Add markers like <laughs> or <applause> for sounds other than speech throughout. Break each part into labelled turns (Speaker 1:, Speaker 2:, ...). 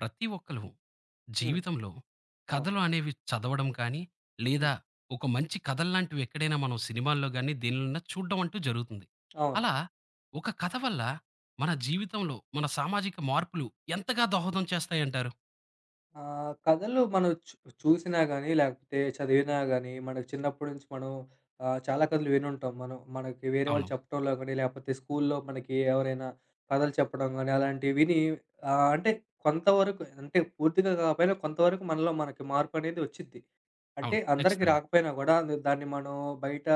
Speaker 1: ప్రతి ఒక్కళ్ళు
Speaker 2: హ్మ్.
Speaker 1: జీవితంలో
Speaker 2: అవును.
Speaker 1: కథలు అనేవి చదవడం కానీ,
Speaker 2: హ్మ్.
Speaker 1: లేదా ఒక మంచి కథల్లాంటివి ఎక్కడైనా మనం సినిమాల్లో గాని, దేనిలోనైనా చూడడం అంటూ జరుగుతుంది.
Speaker 2: అవును.
Speaker 1: అలా ఒక కథ వల్ల మన జీవితంలో, మన సామాజిక మార్పులు ఎంతగా దోహదం చేస్తాయంటారు?
Speaker 2: కథలు మనం చూసినా గాని, లేకపోతే చదివినా గాని, మనకు చిన్నప్పటి నుంచి మనం చాలా కథలు వినుంటాం. మనం మనకి వేరే వాళ్ళు
Speaker 1: అవును.
Speaker 2: చెప్పడంలో గాని, లేకపోతే స్కూల్లో మనకి ఎవరైనా కథలు చెప్పడం గాని, అలాంటివి విని, అంటే కొంతవరకు, అంటే పూర్తిగా కాకపోయినా కొంతవరకు మనలో మనకి మార్పనేది వచ్చిద్ది. అంటే
Speaker 1: అవును.
Speaker 2: అందరికీ
Speaker 1: ఖచ్చితంగా.
Speaker 2: రాకపోయినా గూడా, దాన్ని మనం బయట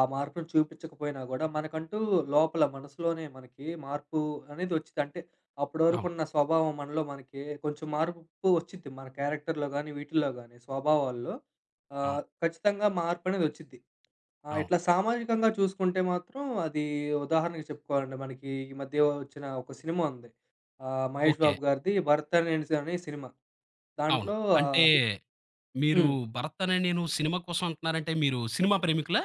Speaker 2: ఆ మార్పును చూపించకపోయినా గూడా, మనకంటూ లోపల మనసులోనే మనకి మార్పు అనేది వచ్చిద్ది. అంటే అప్పటి
Speaker 1: అవును.
Speaker 2: వరకున్న స్వభావం మనలో మనకి కొంచెం మార్పు వచ్చిద్ది. మన క్యారెక్టర్‌లో గాని, వీటిల్లో గాని, స్వభావాల్లో
Speaker 1: అవును.
Speaker 2: ఖచ్చితంగా మార్పనేది వచ్చిద్ది.
Speaker 1: అవును.
Speaker 2: ఇట్లా సామాజికంగా చూసుకుంటే మాత్రం అది ఉదాహరణకి చెప్పుకోవాలండి. మనకి ఈ మధ్య వచ్చిన ఒక సినిమా ఉంది. మహేష్
Speaker 1: ఓకే.
Speaker 2: బాబు గారిది 'భరత్ అనే సి' అనే సినిమా.
Speaker 1: అవును.
Speaker 2: దాంట్లో
Speaker 1: అంటే మీరు
Speaker 2: హ్మ్.
Speaker 1: 'భరతనే నేను' సినిమా కోసం అంటున్నారంటే మీరు సినిమా ప్రేమికులా?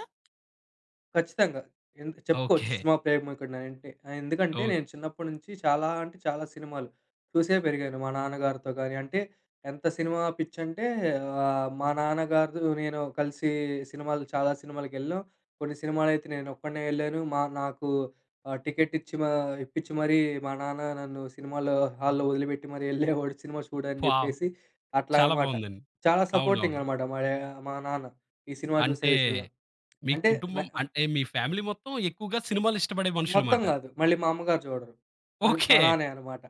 Speaker 2: ఖచ్చితంగా. ఎందు చెప్పుకోవచ్చు
Speaker 1: ఓకే.
Speaker 2: సినిమా ప్రేమికుడినంటే. ఎందుకంటే
Speaker 1: ఓహ్!
Speaker 2: నేను చిన్నప్పటి నుంచి చాలా, అంటే చాలా సినిమాలు చూసే పెరిగాను. మా నాన్నగారితో గాని, అంటే ఎంత సినిమా పిచ్చంటే మా నాన్నగారు నేను కలిసి సినిమాలు, చాలా సినిమాలకెళ్ళాం. కొన్ని సినిమాలైతే నేను ఒక్కడినే ఎళ్ళాను. మా నాకు టికెట్ ఇచ్చి మా ఇప్పించి మరీ మా నాన్న నన్ను సినిమాలో హాల్‌లో వదిలిపెట్టి మరి ఎళ్ళేవాడు సినిమా చూడని
Speaker 1: వావ్!
Speaker 2: జెప్పేసి, అట్లా
Speaker 1: చాలా
Speaker 2: అనమాట.
Speaker 1: బావుందండి.
Speaker 2: చాలా సపోర్టింగ్
Speaker 1: అవునవును.
Speaker 2: అనమాట మా మా నాన్న ఈ సినిమా చూసే
Speaker 1: అంటే
Speaker 2: విషయంలో.
Speaker 1: మీ
Speaker 2: అంటే న
Speaker 1: కుటుంబం అంటే మీ ఫ్యామిలీ మొత్తం ఎక్కువగా సినిమాలు ఇష్టపడే మనుషులు
Speaker 2: మొత్తం
Speaker 1: మాట.
Speaker 2: గాదు. మళ్ళీ మా అమ్మగారు చూడరు. మళ్ళీ మా
Speaker 1: ఓకే.
Speaker 2: నాన్నే అనమాట.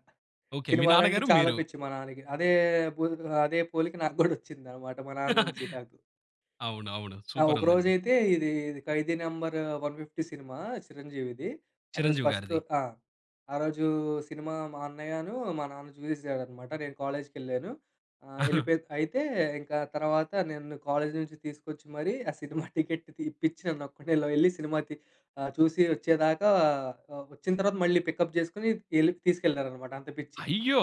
Speaker 1: ఓకే. మీ
Speaker 2: సినిమాలంటే
Speaker 1: నాన్నగారు,
Speaker 2: చాలా
Speaker 1: మీరు.
Speaker 2: పిచ్చి మా నాన్నకి. అదే బు అదే పోలిక నాకు గూడా వచ్చిందనమాట మా నాన్న నుంచి నాకు.
Speaker 1: అవును. అవును.
Speaker 2: ఆ!
Speaker 1: సూపర్ ఉందండి.
Speaker 2: ఒకరోజైతే ఇది 'ఖైదీ నంబర్ 150' సినిమా చిరంజీవిది. ఆ రోజు
Speaker 1: 'చిరంజీవి'
Speaker 2: ఫస్ట్
Speaker 1: గారిది.
Speaker 2: ఆ! ఆ రోజు సినిమా మా అన్నయ్యను, మా నాన్న చూసేసాడనమాట. నేను కాలేజ్‌కెళ్ళాను. ఎళ్ళిపోయి, అయితే ఇంకా తర్వాత నన్ను కాలేజ్ నుంచి తీసుకొచ్చి మరీ ఆ సినిమా టికెట్ ఇప్పిచ్చి నన్నొక్కడినే లో ఎళ్లి చూసి వచ్చేదాకా, వచ్చిన తర్వాత మళ్ళీ పికప్ జేసుకొని ఎళ్ళి తీసుకెళ్లారనమాట. అంత పిచ్చి.
Speaker 1: అయ్యో!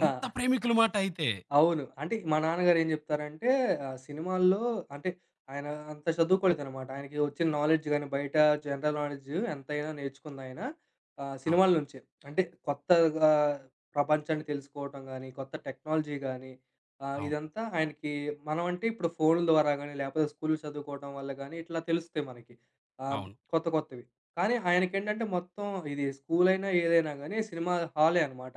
Speaker 2: ఆ!
Speaker 1: ప్రేమికుల మాట అయితే.
Speaker 2: అవును. అంటే మా నాన్నగారు ఏం జెప్తారంటే, సినిమాల్లో, అంటే ఆయన అంత చదువుకోలేదనమాట. ఆయనకి వచ్చిన నాలెడ్జ్ గాని, బయట జనరల్ నాలెడ్జ్ ఎంతైనా నేర్చుకుందాయన
Speaker 1: అవును.
Speaker 2: సినిమాల నుంచే. అంటే కొత్తగా ప్రపంచాన్ని తెలుసుకోవటం గాని, కొత్త టెక్నాలజీ గాని,
Speaker 1: అవును.
Speaker 2: ఇదంతా ఆయనకి మనమంటే ఇప్పుడు ఫోన్‌ల ద్వారా గాని, లేపోతే స్కూల్‌లో చదువుకోవడం వల్ల గాని ఇట్లా తెలుస్తాయి మనకి. ఆహ్,
Speaker 1: అవును.
Speaker 2: కొత్త కొత్తవి. కానీ ఆయనకేంటంటే మొత్తం ఇది స్కూలైనా ఏదైనా గాని సినిమా హాలే అనమాట.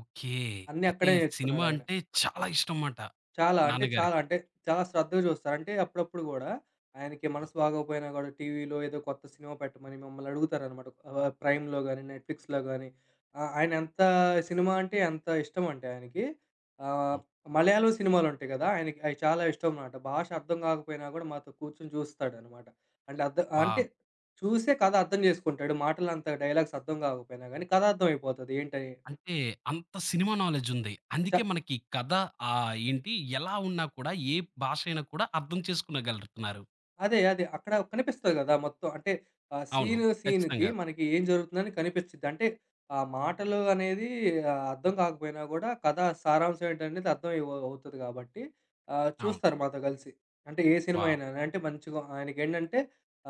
Speaker 1: ఓకే.
Speaker 2: అన్నీ
Speaker 1: అయితే
Speaker 2: అక్కడే
Speaker 1: సినిమా
Speaker 2: నేర్చుకున్నాడాయన.
Speaker 1: అంటే చాలా ఇష్టం మాట
Speaker 2: చాలా. అంటే చాలా.
Speaker 1: నాన్నగారికి.
Speaker 2: అంటే చాలా శ్రద్ధగా చూస్తారు. అంటే అప్పుడప్పుడు గూడా ఆయనకి మనసు
Speaker 1: అవును.
Speaker 2: బాగోకపోయినా గూడా టీవీలో ఏదో కొత్త సినిమా పెట్టమని మిమ్మల్ని అడుగుతారనమాట. ప్రైమ్‌లో గాని, నెట్‌ఫ్లిక్స్‌లో గాని, ఆయన ఎంత సినిమా అంటే ఎంత ఇష్టమంటే ఆయనకి, ఆహ్,
Speaker 1: అవును.
Speaker 2: మలయాళం సినిమాలుంటాయి గదా! ఆయనకి అయి చాలా ఇష్టమనమాట. భాష అర్థం గాకపోయినా గూడా మాతో కూర్చొని చూస్తాడనమాట. అంటే అర్థ అంటే
Speaker 1: వావ్!
Speaker 2: చూసే కథ అర్థం జేసుకుంటాడు. మాటలంత డైలాగ్స్ అర్థం గాకపోయినా గానీ కథ అర్థమైపోతది ఏంటని.
Speaker 1: అంటే అంత సినిమా నాలెడ్జ్ ఉంది.
Speaker 2: చ
Speaker 1: అందుకే మనకి కథ ఏంటి ఎలా ఉన్నా కూడా ఏ భాష అయినా కూడా అర్థం చేసుకునగలుగుతున్నారు.
Speaker 2: అదే. అదే. అక్కడ కనిపిస్తది గదా! మొత్తం. అంటే
Speaker 1: అవును.
Speaker 2: సీను సీనుకి
Speaker 1: ఖచ్చితంగా.
Speaker 2: మనకి ఏం జరుగుతుందని కనిపిచ్చిద్ది. అంటే ఆ మాటలు అనేది అర్థం కాకపోయినా గూడా కథ సారాంశం ఏంటనేది అర్థం అవుతది గాబట్టి,
Speaker 1: అవును.
Speaker 2: చూస్తారు మాతో గలిసి. అంటే ఏ సినిమా
Speaker 1: వావ్!
Speaker 2: అయినా‌నే. అంటే మంచిగా ఆయనకేంటంటే,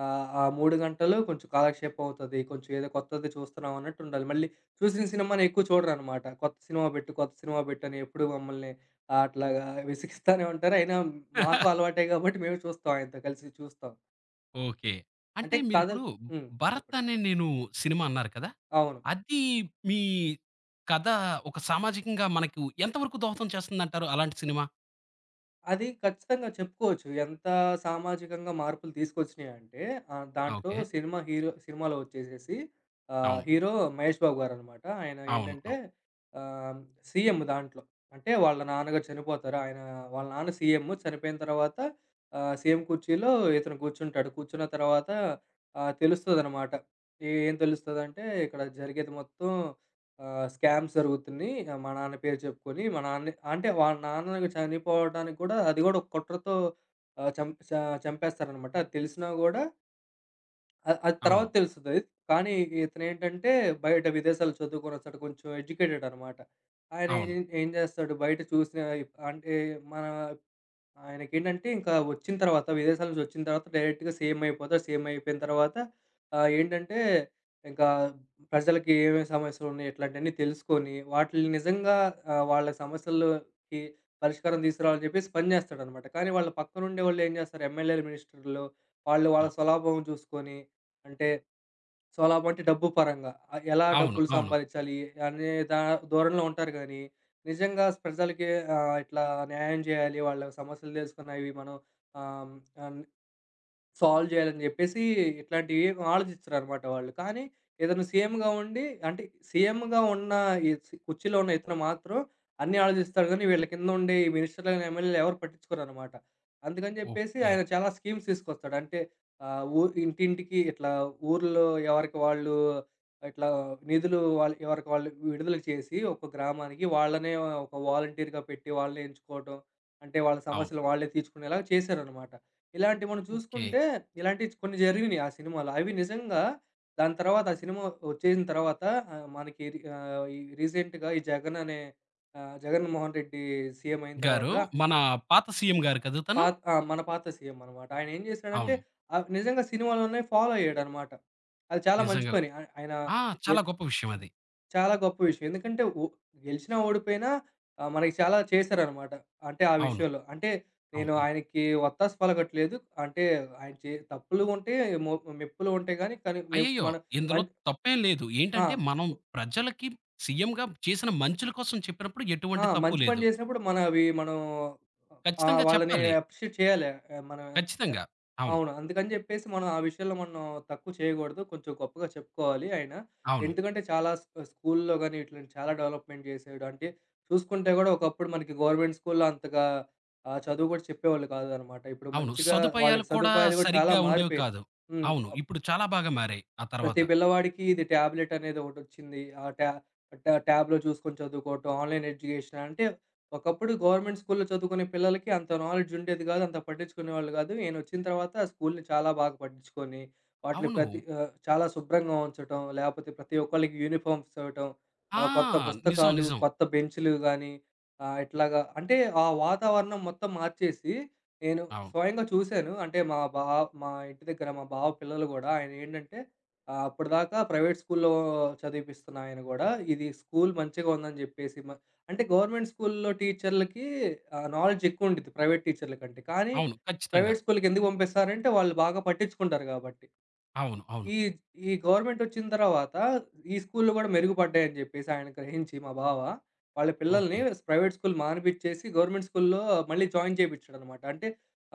Speaker 2: ఆ 3 గంటలు కొంచెం కాలక్షేపం అవుతది. కొంచెం ఏదో కొత్తది చూస్తున్నాం అన్నట్టుండాలి. మళ్ళీ చూసిన సినిమాని ఎక్కువ చూడరనమాట. కొత్త సినిమా బెట్టు, కొత్త సినిమా బెట్టని ఎప్పుడు మమ్మల్ని అట్లాగా విసిగిస్తానే ఉంటారు. అయినా మాకు అలవాటే గాబట్టి మేము చూస్తాం, ఆయనతో కలిసి చూస్తాం.
Speaker 1: ఓకే.
Speaker 2: అంటే
Speaker 1: అంటే
Speaker 2: కథలు
Speaker 1: మీరిప్పుడు
Speaker 2: హ్మ్.
Speaker 1: 'భరత్'
Speaker 2: చెప్పండి.
Speaker 1: అనే నేను సినిమా అన్నారు కదా!
Speaker 2: అవును.
Speaker 1: అది మీ కథ ఒక సామాజికంగా మనకు ఎంత వరకు దోహదం చేస్తుందంటారు అలాంటి సినిమా?
Speaker 2: అది ఖచ్చితంగా చెప్పుకోవచ్చు. ఎంత సామాజికంగా మార్పులు తీసుకొచ్చినాయంటే,
Speaker 1: ఆ!
Speaker 2: దాంట్లో
Speaker 1: ఓకే.
Speaker 2: సినిమా హీరో సినిమాలో వచ్చేసేసి,
Speaker 1: అవును.
Speaker 2: హీరో 'మహేష్ బాబు' గారనమాట. ఆయన
Speaker 1: అవును.
Speaker 2: ఏంటంటే,
Speaker 1: అవును.
Speaker 2: ఆహ్, సీఎం దాంట్లో. అంటే వాళ్ళ నాన్నగారు చనిపోతారు. ఆయన వాళ్ళ నాన్న సీఎం చనిపోయిన తర్వాత, సీఎం కుర్చీలో ఇతను కూర్చుంటాడు. కూర్చున్న తర్వాత తెలుస్తదనమాట. ఏం తెలుస్తదంటే ఇక్కడ జరిగేది మొత్తం స్కామ్స్ జరుగుతున్నాయి. మా నాన్న పేరు చెప్పుకొని, మా నాన్నే, అంటే వాళ్ళ నాన్న చనిపోవడానికి కూడా అది కూడా ఒక కుట్రతో ఆహ్, చం చ చంపేస్తారనమాట. అది తెలిసినా గూడా, అది
Speaker 1: అవును.
Speaker 2: తర్వాత తెలుస్తది. కానీ ఇతనేంటంటే బయట విదేశాల్లో చదువుకొని వస్తాడు. కొంచెం ఎడ్యుకేటెడ్ అనమాట. ఆయన
Speaker 1: అవును.
Speaker 2: ఏం ఏం చేస్తాడు బయట చూసిన, అంటే మన ఆయనకేంటంటే ఇంకా వచ్చిన తర్వాత, విదేశాల నుంచి వచ్చిన తర్వాత డైరెక్ట్‌గా సీఎం అయిపోతారు. సీఎం అయిపోయిన తర్వాత, ఏంటంటే ఇంకా ప్రజలకి ఏమేమి సమస్యలున్నాయి ఇట్లాంటివన్నీ తెలుసుకొని వాటిల్ని నిజంగా, వాళ్ళ సమస్యల్లోకి పరిష్కారం తీసుకురావాలని చెప్పేసి పని చేస్తాడనమాట. కానీ వాళ్ళ పక్కనుండే వాళ్ళేం చేస్తారు ఎమ్మెల్యేలు, మినిస్టర్‌లు, వాళ్ళు
Speaker 1: ఆ!
Speaker 2: వాళ్ళ స్వలాభం చూసుకొని, అంటే సో, అలా వంటి డబ్బు పరంగా, ఎలా
Speaker 1: అవును.
Speaker 2: డబ్బులు
Speaker 1: అవును.
Speaker 2: సంపాదించాలి అనే ధోరణిలో ఉంటారు గానీ, నిజంగా ప్రజలకి ఇట్లా న్యాయం జేయాలి, వాళ్ళ సమస్యలు దెలుసుకొని అవి మనం ఆహ్, అన్ సాల్వ్ జేయాలని జెప్పేసి ఇట్లాంటివి ఆలోచిచ్చరనమాట వాళ్ళు. కానీ ఇతను సీఎంగా ఉండి, అంటే సీఎంగా ఉన్న ఈ సి కుర్చీలో ఉన్న ఇతను మాత్రం అన్నీ ఆలోచిస్తాడు గానీ, వీళ్ళ కింద ఉండే ఈ మినిస్టర్‌లని, ఎమ్మెల్యేలు ఎవరు పట్టించుకోరనమాట. అందుకని జెప్పేసి
Speaker 1: ఓకే.
Speaker 2: ఆయన చాలా స్కీమ్స్ తీసుకొస్తాడు. అంటే ఆహ్, ఊ ఇంటింటికి ఇట్లా, ఊర్లో ఎవరికి వాళ్ళు ఇట్లా నిధులు వాళ్ళు ఎవరికి వాళ్ళు విడుదల చేసి ఒక గ్రామానికి వాళ్ళనే ఒక వాలంటీర్‌గా పెట్టి వాళ్ళనే ఎంచుకోవటం. అంటే వాళ్ళ
Speaker 1: అవును.
Speaker 2: సమస్యలు వాళ్ళే తీర్చుకునేలాగా చేశారనమాట. ఇలాంటివి మనం
Speaker 1: ఓకే.
Speaker 2: చూసుకుంటే, ఇలాంటివి కొన్ని జరిగినియి ఆ సినిమాలో. అవి నిజంగా, దాని తర్వాత ఆ సినిమా వచ్చేసిన తర్వాత, ఆహ్, మనకి రి ఆహ్, ఈ రీసెంట్‌గా ఈ జగన్ అనే, జగన్‌మోహన్ రెడ్డి సీఎం అయిన తర్వాత
Speaker 1: గారు మన పాత సీఎం గారు కదా తను?
Speaker 2: పాత, ఆ! మన పాత సీఎం అనమాట. ఆయనేం జేసాడంటే,
Speaker 1: అవును.
Speaker 2: నిజంగా సినిమాలోనే ఫాలో అయ్యాడనమాట. అది చాలా మంచి
Speaker 1: నిజంగా.
Speaker 2: పని. ఆయన
Speaker 1: ఆ!
Speaker 2: గె
Speaker 1: చాలా గొప్ప విషయం అది.
Speaker 2: చాలా గొప్ప విషయం. ఎందుకంటే గెలిచినా, ఓడిపోయినా మనకి చాలా చేశారనమాట. అంటే ఆ
Speaker 1: అవును.
Speaker 2: విషయంలో. అంటే నేను
Speaker 1: అవును.
Speaker 2: ఆయనకి వత్తాసు పలకట్లేదు. అంటే ఆయన చే తప్పులు ఉంటే, మొ మెప్పులు ఉంటాయి గానీ, కానీ మెప్
Speaker 1: అయ్యయ్యో!
Speaker 2: మన
Speaker 1: ఇందులో
Speaker 2: మన్
Speaker 1: తప్పేం లేదు.
Speaker 2: ఆ!
Speaker 1: ఏంటంటే మనం ప్రజలకి సీఎంగా చేసిన మంచుల కోసం చెప్పినప్పుడు
Speaker 2: ఆ!
Speaker 1: ఎటువంటి తప్పు
Speaker 2: మంచి పని
Speaker 1: లేదు.
Speaker 2: జేసినప్పుడు మనవి మనం,
Speaker 1: ఖచ్చితంగా
Speaker 2: వాళ్ళని
Speaker 1: చెప్పాలి.
Speaker 2: అప్రిషియేట్ చేయాలి. ఆహ్, మనం ఎత్
Speaker 1: ఖచ్చితంగా. అవును.
Speaker 2: అవును. అందుకని జెప్పేసి మనం ఆ విషయంలో మనం తక్కువ చేయగూడదు. కొంచెం గొప్పగా చెప్పుకోవాలి ఆయన.
Speaker 1: అవును.
Speaker 2: ఎందుకంటే చాలా స్కూల్‌లో గాని ఇట్లాంటి చాలా డెవలప్‌మెంట్ జేసాడు. అంటే చూసుకుంటే గూడా ఒకప్పుడు మనకి గవర్నమెంట్ స్కూల్‌లో అంతగా చదువు గూడా చెప్పేవాళ్ళు కాదనమాట. ఇప్పుడు
Speaker 1: అవును.
Speaker 2: మంచిగా
Speaker 1: సదుపాయాలు
Speaker 2: వాళ్ళకి
Speaker 1: కూడా
Speaker 2: సదుపాయాలు గూడా చాలా
Speaker 1: సరిగ్గా ఉండేవి
Speaker 2: మారిపోయాయి.
Speaker 1: కాదు.
Speaker 2: హ్మ్.
Speaker 1: అవును. ఇప్పుడు చాలా బాగా మారాయి ఆ తర్వాత.
Speaker 2: ప్రతి పిల్లవాడికి ఇది టాబ్లెట్ అనేది ఒకటొచ్చింది. ఆ ట్యా ట్యా ట్యాబ్‌లో చూసుకొని చదువుకోవటం, ఆన్‌లైన్ ఎడ్యుకేషన్. అంటే ఒకప్పుడు గవర్నమెంట్ స్కూల్‌లో చదువుకునే పిల్లలకి అంత నాలెడ్జ్ ఉండేది కాదు. అంత పట్టించుకునేవాళ్ళు కాదు. నేనొచ్చిన తర్వాత స్కూల్‌ని చాలా బాగా పట్టించుకొని, వాటిని
Speaker 1: అవును.
Speaker 2: ప్రతి చాలా శుభ్రంగా ఉంచటం, లేపోతే ప్రతి ఒక్కళ్ళకి యూనిఫార్మ్స్ ఇవ్వటం,
Speaker 1: ఆ!
Speaker 2: కొత్త
Speaker 1: నిజం.
Speaker 2: పుస్తకాలు,
Speaker 1: నిజం.
Speaker 2: కొత్త బెంచ్‌లు గానీ, ఇట్లాగా, అంటే ఆ వాతావరణం మొత్తం మార్చేసి, నేను
Speaker 1: అవును.
Speaker 2: స్వయంగా చూసాను. అంటే మా ఇంటి దగ్గర మా బావ పిల్లలు గూడా ఆయనేంటంటే ఆ! అప్పటిదాకా ప్రైవేట్ స్కూల్‌లో చదివిపిస్తున్న ఆయన గూడా, ఇది స్కూల్ మంచిగా ఉందని జెప్పేసి అంటే గవర్నమెంట్ స్కూల్‌లో టీచర్లకి నాలెడ్జ్ ఎక్కువుండిద్ది ప్రైవేట్ టీచర్ల కంటే. కానీ
Speaker 1: అవును. ఖచ్చితంగా.
Speaker 2: ప్రైవేట్ స్కూల్‌కి ఎందుకు పంపిస్తారంటే, వాళ్ళు బాగా పట్టించుకుంటారు గాబట్టి.
Speaker 1: అవును. అవును.
Speaker 2: ఈ ఈ గవర్నమెంట్ ఒచ్చిన తర్వాత ఈ స్కూల్‌లు గూడా మెరుగుపడ్డాయని జెప్పేసి ఆయన గ్రహించి మా బావ, వాళ్ళ పిల్లల్ని
Speaker 1: ఓకే.
Speaker 2: ప్రైవేట్ స్కూల్ మానిపిచ్చేసి గవర్నమెంట్ స్కూల్‌లో మళ్ళీ జాయిన్ చేపిచ్చాడనమాట. అంటే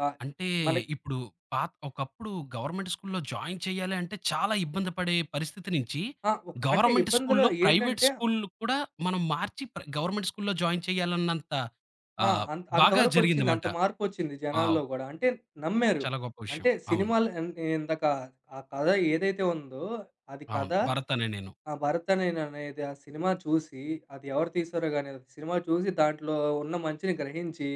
Speaker 2: ఆహ్,
Speaker 1: అంటే
Speaker 2: మనకి
Speaker 1: ఇప్పుడు పాత ఒకప్పుడు గవర్నమెంట్ స్కూల్‌లో జాయిన్ చేయాలి అంటే చాలా ఇబ్బంది పడే పరిస్థితి నుంచి,
Speaker 2: ఆ! ఒక, అంటే
Speaker 1: గవర్నమెంట్
Speaker 2: ఇబ్బందులు
Speaker 1: స్కూల్‌లో ప్రైవేట్
Speaker 2: ఏంటంటే
Speaker 1: స్కూల్ కూడా మనం మార్చి గవర్నమెంట్ స్కూల్‌లో జాయిన్ చేయాలన్నంత
Speaker 2: ఆ!
Speaker 1: ఆహ్,
Speaker 2: అంత
Speaker 1: బాగా
Speaker 2: అంతవరకొచ్చింది.
Speaker 1: జరిగిందమాట.
Speaker 2: అంత మార్పొచ్చింది జనాల్లో
Speaker 1: వావ్!
Speaker 2: గూడా. అంటే నమ్మారు.
Speaker 1: చాలా గొప్ప విషయం.
Speaker 2: అంటే
Speaker 1: అవును.
Speaker 2: సినిమాలు, నేనిందాక ఆ కథ ఏదైతే ఉందో అది కథ
Speaker 1: అవును. 'భరత్ అనే నేను.'
Speaker 2: ఆ 'భరత్ అనే అనేది' ఆ సినిమా చూసి, అది ఎవరు తీశారో గాని, అది సినిమా చూసి దాంట్లో ఉన్న మంచిని గ్రహించి,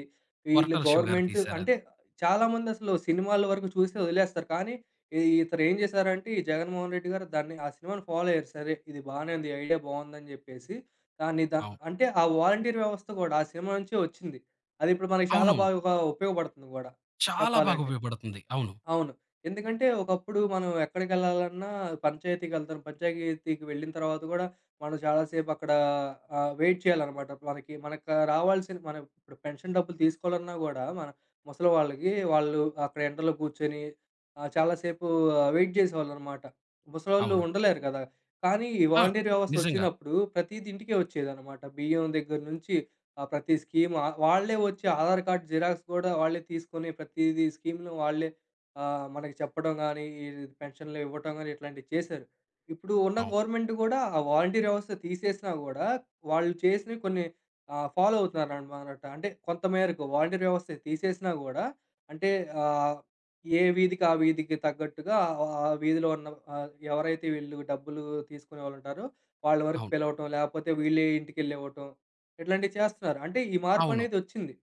Speaker 2: వీళ్ళు
Speaker 1: కొరటాల శివ గారు
Speaker 2: గవర్నమెంట్, అంటే
Speaker 1: తీశారది.
Speaker 2: చాలామందసలు సినిమాల వరకు చూసి వదిలేస్తారు. కానీ, ఈ ఇతరు ఏం చేశారంటే, ఈ 'జగన్‌మోహన్ రెడ్డి' గారు దాన్ని ఆ సినిమాని ఫాలో అయ్యారు. సరే, ఇది బానే ఉంది. ఐడియా బావుందని చెప్పేసి, దాన్ని ద
Speaker 1: అవును.
Speaker 2: అంటే ఆ వాలంటీర్ వ్యవస్థ కూడా ఆ సినిమా నుంచే వచ్చింది. అదిప్పుడు మనకి చాలా
Speaker 1: అవునవును.
Speaker 2: బాగా ఉపయోగపడుతుంది గూడా
Speaker 1: చాలా బాగా
Speaker 2: చెప్పాలంటే.
Speaker 1: ఉపయోగపడుతుంది. అవును.
Speaker 2: అవును. ఎందుకంటే ఒకప్పుడు మనం ఎక్కడికెళ్ళాలన్నా పంచాయతీకెళ్తాం. పంచాయతీకి వెళ్తాం, పంచాయతీకి వెళ్ళిన తర్వాత గూడా మనం చాలా సేపు అక్కడ వెయిట్ చేయాలనమాట. మనకి మనకు రావాల్సిన, మనం ఇప్పుడు పెన్షన్ డబ్బులు తీసుకోవాలన్నా గూడా మన ముసలి వాళ్ళకి వాళ్ళు అక్కడ ఎండలో కూర్చొని చాలా సేపు వెయిట్ చేసేవాళ్ళనమాట. ముసలోళ్ళు
Speaker 1: అవును.
Speaker 2: ఉండలేరు కదా! కానీ ఈ
Speaker 1: ఆ!
Speaker 2: వాలంటీర్ వ్యవస్థ
Speaker 1: నిజంగా.
Speaker 2: వచ్చినప్పుడు ప్రతీది ఇంటికే వచ్చేదనమాట. బియ్యం దగ్గర నుంచి ప్రతి స్కీమ్, వాళ్ళే వచ్చి ఆధార్ కార్డ్ జిరాక్స్ గూడా వాళ్ళే తీసుకొని ప్రతీది స్కీమ్‌ను వాళ్ళే మనకి చెప్పడం గాని, ఈ పెన్షన్‌లు ఇవ్వటం గాని ఇట్లాంటివి చేశారు. ఇప్పుడు ఉన్న
Speaker 1: అవును.
Speaker 2: గవర్నమెంట్ గూడా ఆ వాలంటీర్ వ్యవస్థ తీసేసినా గూడా, వాళ్ళు చేసినవి కొన్ని ఫాలో అవుతున్నారనమాట. అంటే కొంత మేరకు వాలంటీర్ వ్యవస్థ తీసేసినా గూడా, అంటే ఆహ్, ఏ వీధికి, ఆ వీధికి తగ్గట్టుగా ఆ ఆ వీధిలో ఉన్న ఎవరైతే వీళ్ళు డబ్బులు తీసుకునేవాళ్ళుంటారో, వాళ్ళ వరకు
Speaker 1: అవును.
Speaker 2: పిలవటం, లేపోతే వీళ్ళే ఇంటికెళ్ళి ఇవ్వటం, ఇట్లాంటివి చేస్తున్నారు. అంటే ఈ
Speaker 1: అవును.
Speaker 2: మార్పనేది ఒచ్చింది.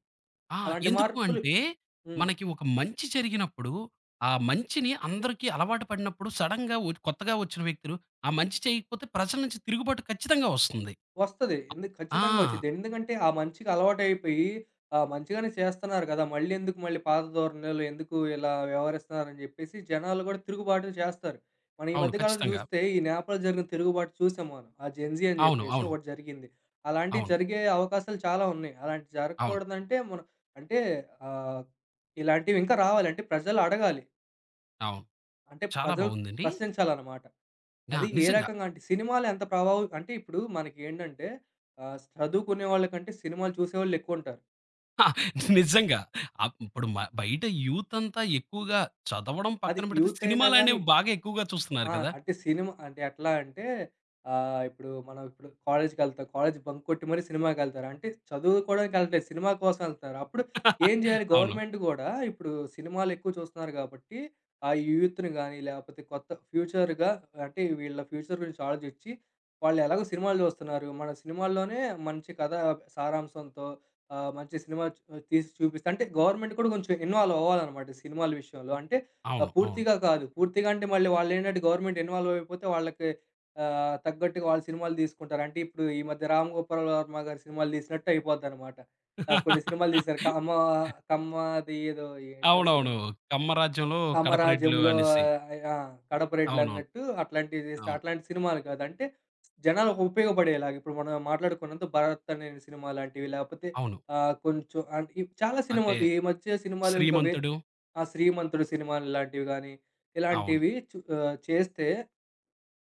Speaker 1: ఆ!
Speaker 2: అలాంటి
Speaker 1: ఎందుకు
Speaker 2: మార్పులు
Speaker 1: అంటే,
Speaker 2: హ్మ్.
Speaker 1: మనకి ఒక మంచి జరిగినప్పుడు, ఆ మంచిని అందరికీ అలవాటు పడినప్పుడు సడెన్‌గా కొత్తగా వచ్చిన వ్యక్తులు, ఆ మంచి చేయకపోతే ప్రజల నుంచి తిరుగుబాటు ఖచ్చితంగా వస్తుంది.
Speaker 2: వస్తది.
Speaker 1: అ ఆ!
Speaker 2: ఖచ్చితంగా వచ్చిద్ది. ఎందుకంటే, ఆ మంచికి అలవాటయిపోయి, మంచిగానే చేస్తున్నారు కదా! మళ్ళీ ఎందుకు, మళ్ళీ పాత ధోరణిలో ఎందుకు ఇలా వ్యవహరిస్తున్నారని జెప్పేసి జనాలు గూడా తిరుగుబాటు చేస్తారు. మనం ఈ
Speaker 1: అవును.
Speaker 2: మధ్య కాలం
Speaker 1: ఖచ్చితంగా.
Speaker 2: జూస్తే, ఈ నేపాల్లో జరిగిన తిరుగుబాటు చూసాం మనం. ఆ జెన్‌జీ అని
Speaker 1: అవును.
Speaker 2: జెప్పేసి
Speaker 1: అవును.
Speaker 2: ఒకటి జరిగింది. అలాంటివి
Speaker 1: అవును.
Speaker 2: జరిగే అవకాశాలు చాలా ఉన్నాయి. అలాంటివి
Speaker 1: అవును.
Speaker 2: జరగకూడదంటే, మనం, అంటే ఆహ్, ఇలాంటివి ఇంకా రావాలి. అంటే ప్రజలు అడగాలి.
Speaker 1: అవును.
Speaker 2: అంటే
Speaker 1: చాలా
Speaker 2: ప్రజలు
Speaker 1: బావుందండి.
Speaker 2: ప్రశ్నించాలన్నమాట.
Speaker 1: ఆ!
Speaker 2: అది ఏ
Speaker 1: నిజంగా.
Speaker 2: రకంగా అంటే సినిమాలు ఎంత ప్రభావం, అంటే ఇప్పుడు మనకేంటంటే చదువుకునే వాళ్ళకంటే సినిమాలు చూసేవాళ్ళెక్కువుంటారు.
Speaker 1: నిజంగా. ఇప్పుడు బయట యూత్ అంతా ఎక్కువగా చదవడం
Speaker 2: అది
Speaker 1: పక్కన పెడితే,
Speaker 2: యూత్ అయినా గాని,
Speaker 1: సినిమాలనేవి బాగా ఎక్కువగా చూస్తున్నారు
Speaker 2: ఆ!
Speaker 1: కదా!
Speaker 2: అంటే సినిమా అంటే ఎట్లా అంటే, ఇప్పుడు మనం ఇప్పుడు కాలేజ్‌కెళ్తాం. కాలేజ్ బంక్ కొట్టి మరీ సినిమాకెళ్తారు. అంటే చదువుకోవడానికి ఎళ్ళట్లేదు. సినిమా కోసం ఎళ్తున్నారు. అప్పుడు ఏం
Speaker 1: <laughs>
Speaker 2: జేయాలి,
Speaker 1: అవును.
Speaker 2: గవర్నమెంట్ గూడా ఇప్పుడు సినిమాలు ఎక్కువ చూస్తున్నారు గాబట్టి, ఆ యూత్‌ని గాని, లేపోతే కొత్త ఫ్యూచర్‌గా, అంటే వీళ్ళ ఫ్యూచర్ గురించి ఆలోచించి, వాళ్ళు ఎలాగో సినిమాలు జూస్తున్నారు. మన సినిమాల్లోనే మంచి కథ సారాంశంతో ఆహ్, మంచి సినిమా చ్ తీసి చూపిస్తే, అంటే గవర్నమెంట్ కూడా కొంచెం ఇన్వాల్వ్ అవ్వాలనమాట సినిమాల విషయంలో. అంటే ఆ!
Speaker 1: అవును. అవును.
Speaker 2: పూర్తిగా కాదు. పూర్తిగా, అంటే మళ్ళీ వాళ్ళేంటంటే గవర్నమెంట్ ఇన్వాల్వ్ అయిపోతే వాళ్ళకి తగ్గట్టుగా వాళ్ళు సినిమాలు తీసుకుంటారు. అంటే ఇప్పుడు ఈ మధ్య 'రామ్ గోపాల్ వర్మ' గారి సినిమాలు తీసినట్టు అయిపోద్దనమాట. కొన్ని సినిమాలు తీశారు.
Speaker 1: <laughs>
Speaker 2: కమ్మది' ఏదో ఏంటో
Speaker 1: అవునవును.
Speaker 2: సినిమా
Speaker 1: కమ్మరాజ్యంలో కడపరెడ్లు
Speaker 2: 'కామరాజంలో'
Speaker 1: అనేసి.
Speaker 2: ఆ! 'కడప
Speaker 1: అవునవును.
Speaker 2: రెడ్లన్నట్టు' అట్లాంటివి తీస్తే
Speaker 1: అవును.
Speaker 2: అట్లాంటి సినిమాలు కాదు. అంటే జనాలకు ఉపయోగపడేలాగా, ఇప్పుడు మనం మాట్లాడుకున్నంత 'భరత్' అనే సినిమా లాంటివి, లేపోతే
Speaker 1: అవును.
Speaker 2: కొంచెం, అంటే చాలా
Speaker 1: అంటే
Speaker 2: సినిమాలు ఈ మధ్య, సినిమాలు ఇంకా
Speaker 1: శ్రీమంతుడు.
Speaker 2: ఆ! 'శ్రీమంతుడు' సినిమాలు లాంటివి గానీ
Speaker 1: అవును.
Speaker 2: ఇలాంటివి చేస్తే,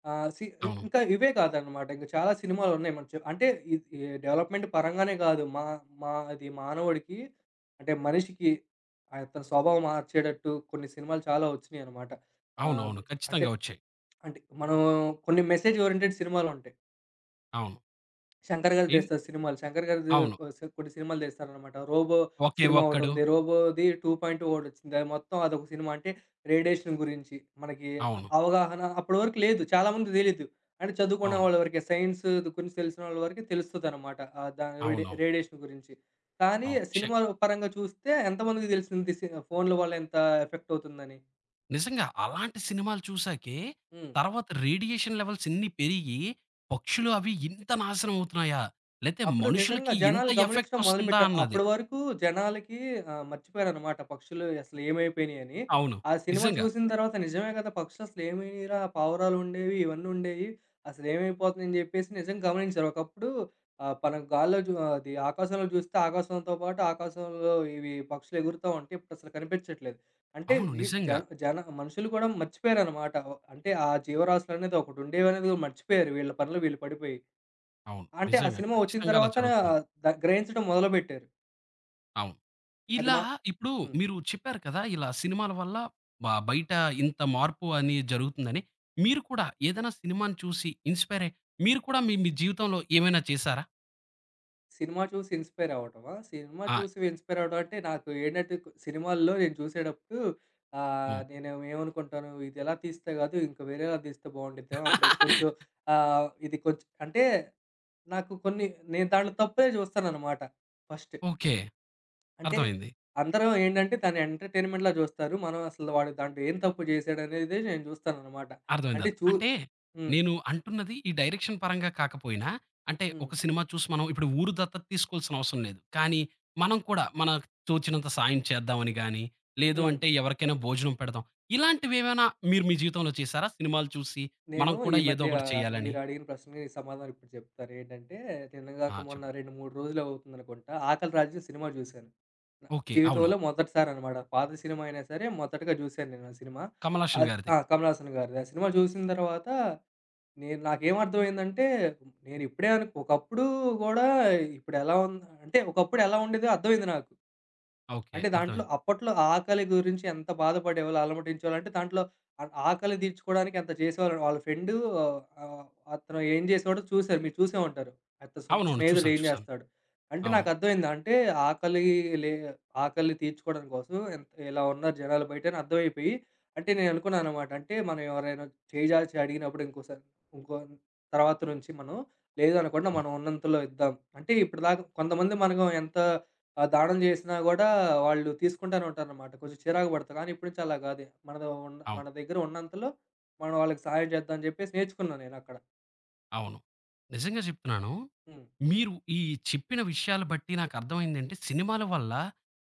Speaker 2: ఆ! సి ఇం
Speaker 1: అవును.
Speaker 2: ఇంకా ఇవే కాదనమాట. ఇంకా చాలా సినిమాలున్నాయి మనం అంటే ఇది ఈ డెవలప్‌మెంట్ పరంగానే కాదు. మా మా అది మానవుడికి, అంటే మనిషికి అతని స్వభావం మార్చేటట్టు కొన్ని సినిమాలు చాలా వచ్చినియనమాట. ఆహ్,
Speaker 1: అవునవును.
Speaker 2: అంటే
Speaker 1: ఖచ్చితంగా వచ్చాయి.
Speaker 2: అంటే మనం కొన్ని మెసేజ్ ఓరియెంటెడ్ సినిమాలుంటాయి.
Speaker 1: అవును.
Speaker 2: శంకర్ గారు
Speaker 1: ఇన్
Speaker 2: తెస్తారు సినిమాలు. శంకర్ గారు ది
Speaker 1: అవును.
Speaker 2: కొ సి కొన్ని సినిమాలు తెస్తారనమాట. 'రోబో'
Speaker 1: ఒకే
Speaker 2: సినిమా
Speaker 1: ఒక్కడు.
Speaker 2: ఒకటుంది. 'రోబో'ది 2.0 ఒకటొచ్చింది. అది మొత్తం అదొక సినిమా. అంటే రేడియేషన్ గురించి మనకి
Speaker 1: అవును.
Speaker 2: అవగాహన అప్పటి వరకు లేదు. చాలా మందికి తెలీదు. అంటే చదువుకునే
Speaker 1: అవును.
Speaker 2: వాళ్ళ వరకే, సైన్స్ గురించి తెలిసిన వాళ్ళ వరకే తెలుస్తదనమాట. ఆహ్, దాని రేడి
Speaker 1: అవునవును.
Speaker 2: రేడియేషన్ గురించి. కానీ
Speaker 1: అవును.
Speaker 2: సినిమాల పరంగా చూస్తే ఎంతమందికి తెలిసింది సి ఫోన్ల వల్ల ఎంత ఎఫెక్ట్ అవుతుందని.
Speaker 1: నిజంగా అలాంటి సినిమాలు చూసాకే
Speaker 2: హ్మ్.
Speaker 1: తర్వాత రేడియేషన్ లెవెల్స్ ఇన్ని పెరిగి పక్షులు అవి ఇంత నాశనం అవుతున్నాయా? లేతే
Speaker 2: అప్పుడు నిజంగా
Speaker 1: మనుషులకి ఇంత
Speaker 2: జనాలు
Speaker 1: ఎఫెక్ట్
Speaker 2: గమనించడం
Speaker 1: వస్తుందా
Speaker 2: మొదలుపెట్టారు.
Speaker 1: అన్నది.
Speaker 2: అప్పటి వరకు జనాలకి మర్చిపోయారనమాట పక్షులు అసలు ఏమైపోయినాయని.
Speaker 1: అవును.
Speaker 2: ఆ సినిమా
Speaker 1: నిజంగా.
Speaker 2: చూసిన తర్వాత నిజమే కదా! పక్షులు అసలు ఏమైనయిరా, పావురాలుండేవి, ఇవన్నీ ఉండేవి. అసలు ఏమైపోతుందని జెప్పేసి నిజంగా గమనించారు. ఒకప్పుడు ఆహ్, మనం గాల్లో జు అది ఆకాశంలో జూస్తే, ఆకాశంతో పాటు ఆకాశంలో ఇవి పక్షులు ఎగురుతా ఉంటే ఇప్పుడు అసలు కనిపించట్లేదు. అంటే
Speaker 1: అవును.
Speaker 2: వీ
Speaker 1: నిజంగా.
Speaker 2: జన జన మనుషులు కూడా మర్చిపోయారనమాట. అంటే ఆ జీవరాశులనేది ఒకటి ఉండేవనేది మర్చిపోయారు వీళ్ళ పనిలో వీళ్ళు పడిపోయి.
Speaker 1: అవును.
Speaker 2: అంటే ఆ
Speaker 1: నిజంగా.
Speaker 2: సినిమా వచ్చిన
Speaker 1: ఖచ్చితంగా అలా
Speaker 2: తర్వాత
Speaker 1: జరుగుతుంది.
Speaker 2: గ్రహించడం మొదలుపెట్టారు.
Speaker 1: అవును.
Speaker 2: అది
Speaker 1: ఇలా
Speaker 2: మా
Speaker 1: ఇప్పుడు
Speaker 2: హ్మ్.
Speaker 1: మీరు చెప్పారు కదా! ఇలా సినిమాల వల్ల బయట ఇంత మార్పు అని జరుగుతుందని. మీరు కూడా ఏదైనా సినిమాని చూసి ఇన్‌స్పైర్ అయ్యి మీరు కూడా మీ మీ జీవితంలో ఏమైనా చేసారా?
Speaker 2: సినిమా చూసి ఇన్‌స్పైర్ అవ్వటమా? సినిమా
Speaker 1: ఆ!
Speaker 2: చూసి ఇన్‌స్పైర్ అవ్వడం అంటే నాకు ఏంటంటే, కొ- సినిమాల్లో నేను చూసేటప్పుడు
Speaker 1: హ్మ్.
Speaker 2: నేను ఏమనుకుంటాను, ఇది ఎలా తీస్తే కాదు, ఇంకా వేరేలా తీస్తే బాగుండిద్దేమో అప్పుడు కొంచెం,
Speaker 1: <laughs>
Speaker 2: ఇది కొంచెం, అంటే నాకు కొన్ని, నేను దాంట్లో తప్పే చూస్తాననమాట ఫస్ట్.
Speaker 1: ఓకే.
Speaker 2: అంటే
Speaker 1: అర్థమైంది.
Speaker 2: అందరూ ఏంటంటే దాన్ని ఎంటర్‌టైన్‌మెంట్‌లా చూస్తారు. మనం అసలు వాడు దాంట్లో ఏం తప్పు చేసాడనేదే నేను చూస్తాననమాట. అంటే
Speaker 1: అర్థమైందది.
Speaker 2: చూ
Speaker 1: అంటే
Speaker 2: హ్మ్.
Speaker 1: నేను అంటున్నది ఈ డైరెక్షన్ పరంగా కాకపోయినా, అంటే
Speaker 2: హ్మ్.
Speaker 1: ఒక సినిమా చూసి మనం ఇప్పుడు ఊరు దత్తత తీసుకోవాల్సిన అవసరం లేదు. కానీ మనం కూడా మనకు తోచినంత సాయం చేద్దామని గాని, లేదు
Speaker 2: హ్మ్.
Speaker 1: అంటే ఎవరికైనా భోజనం పెడదాం. ఇలాంటివేమైనా మీరు మీ జీవితంలో చేశారా? సినిమాలు చూసి
Speaker 2: నేను
Speaker 1: మనం
Speaker 2: ఈ
Speaker 1: కూడా ఏదో
Speaker 2: మధ్య
Speaker 1: ఒకటి చేయాలని?
Speaker 2: మీరడిగిన ప్రశ్నకి సమాధానం ఇప్పుడు చెప్తాను. ఏంటంటే, నిన్నగాక
Speaker 1: ఆ!
Speaker 2: మొన్న
Speaker 1: చెప్పండి.
Speaker 2: 2, 3 రోజులు అవుతుందనుకుంటా 'ఆకలి రాజు' సినిమా చూశాను. నా
Speaker 1: ఓకే. అవును.
Speaker 2: జీవితంలో మొదటిసారనమాట. పాత సినిమా అయినా సరే మొదటగా చూశాను నేను ఆ సినిమా.
Speaker 1: 'కమల్ హాసన్'
Speaker 2: ఆహ్,
Speaker 1: గారిది.
Speaker 2: ఆ! కమల్ హాసన్ గారిది. ఆ సినిమా చూసిన తర్వాత నాకేమర్థమైందంటే, నేనిప్పుడే అను ఒకప్పుడు గూడా ఇప్పుడెలా ఉన్ అంటే ఒకప్పుడు ఎలా ఉండేదో అర్థమైంది నాకు.
Speaker 1: ఓకే.
Speaker 2: అంటే దాంట్లో
Speaker 1: అర్థమైంది.
Speaker 2: అప్పట్లో ఆకలి గురించి ఎంత బాధపడేవాళ్ళు, అలమటించేవాళ్ళంటే, దాంట్లో ఆకలి తీర్చుకోవడానికి ఎంత చేసేవాళ్ళు. వాళ్ళ ఫ్రెండు ఆహ్, అతను ఏం చేసేవాడో చూసారు. మీరు చూసే ఉంటారు. అతని సొంత
Speaker 1: అవునవును.
Speaker 2: స్నేహితుడు
Speaker 1: చూసాను.
Speaker 2: ఏం
Speaker 1: చూసాను.
Speaker 2: చేస్తాడు. అంటే
Speaker 1: అవును.
Speaker 2: నాకు అర్థమైంది. అంటే ఆకలి లే ఆకలిని తీర్చుకోవడం కోసం ఎంత ఇలా ఉన్నారు జనాలు బయట అని అర్థమైపోయి, అంటే నేను అనుకున్నాననమాట. అంటే మనం ఎవరైనా చేయి జాచి అడిగినప్పుడు ఇంకోసారి ఇంకో తర్వాత నుంచి మనం లేదనకుండా
Speaker 1: హ్మ్.
Speaker 2: మనం ఉన్నంతలో ఇద్దాం. అంటే ఇప్పటిదాకా కొంతమంది మనకు ఎంత ఆ దానం జేసినా గూడా, వాళ్ళు తీసుకుంటానే ఉంటారనమాట. కొంచెం చిరాకు పడతారు. కానీ ఇప్పటి నుంచి అలా గాదు. మనది ఉన్న, మన
Speaker 1: అవును.
Speaker 2: దగ్గర ఉన్నంతలో మనం వాళ్ళకి సహాయం చేద్దాం అని జెప్పేసి నేర్చుకున్నా నేనక్కడ.
Speaker 1: అవును. నిజంగా చెప్తున్నాను.
Speaker 2: హ్మ్.
Speaker 1: మీరు ఈ చెప్పిన విషయాలు బట్టి నాకర్థమైందేంటి, సినిమాల వల్ల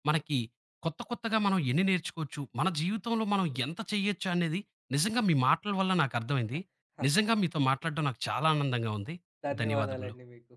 Speaker 1: మనకి కొత్త కొత్తగా మనం ఎన్ని నేర్చుకోవచ్చు, మన జీవితంలో మనం ఎంత చేయొచ్చు అనేది నిజంగా మీ మాటల వల్ల నాకర్థమైంది. నిజంగా మీతో మాట్లాడడం నాకు చాలా ఆనందంగా ఉంది. ధన్యవాదములు.
Speaker 2: ధన్యవాదాలండి మీకు.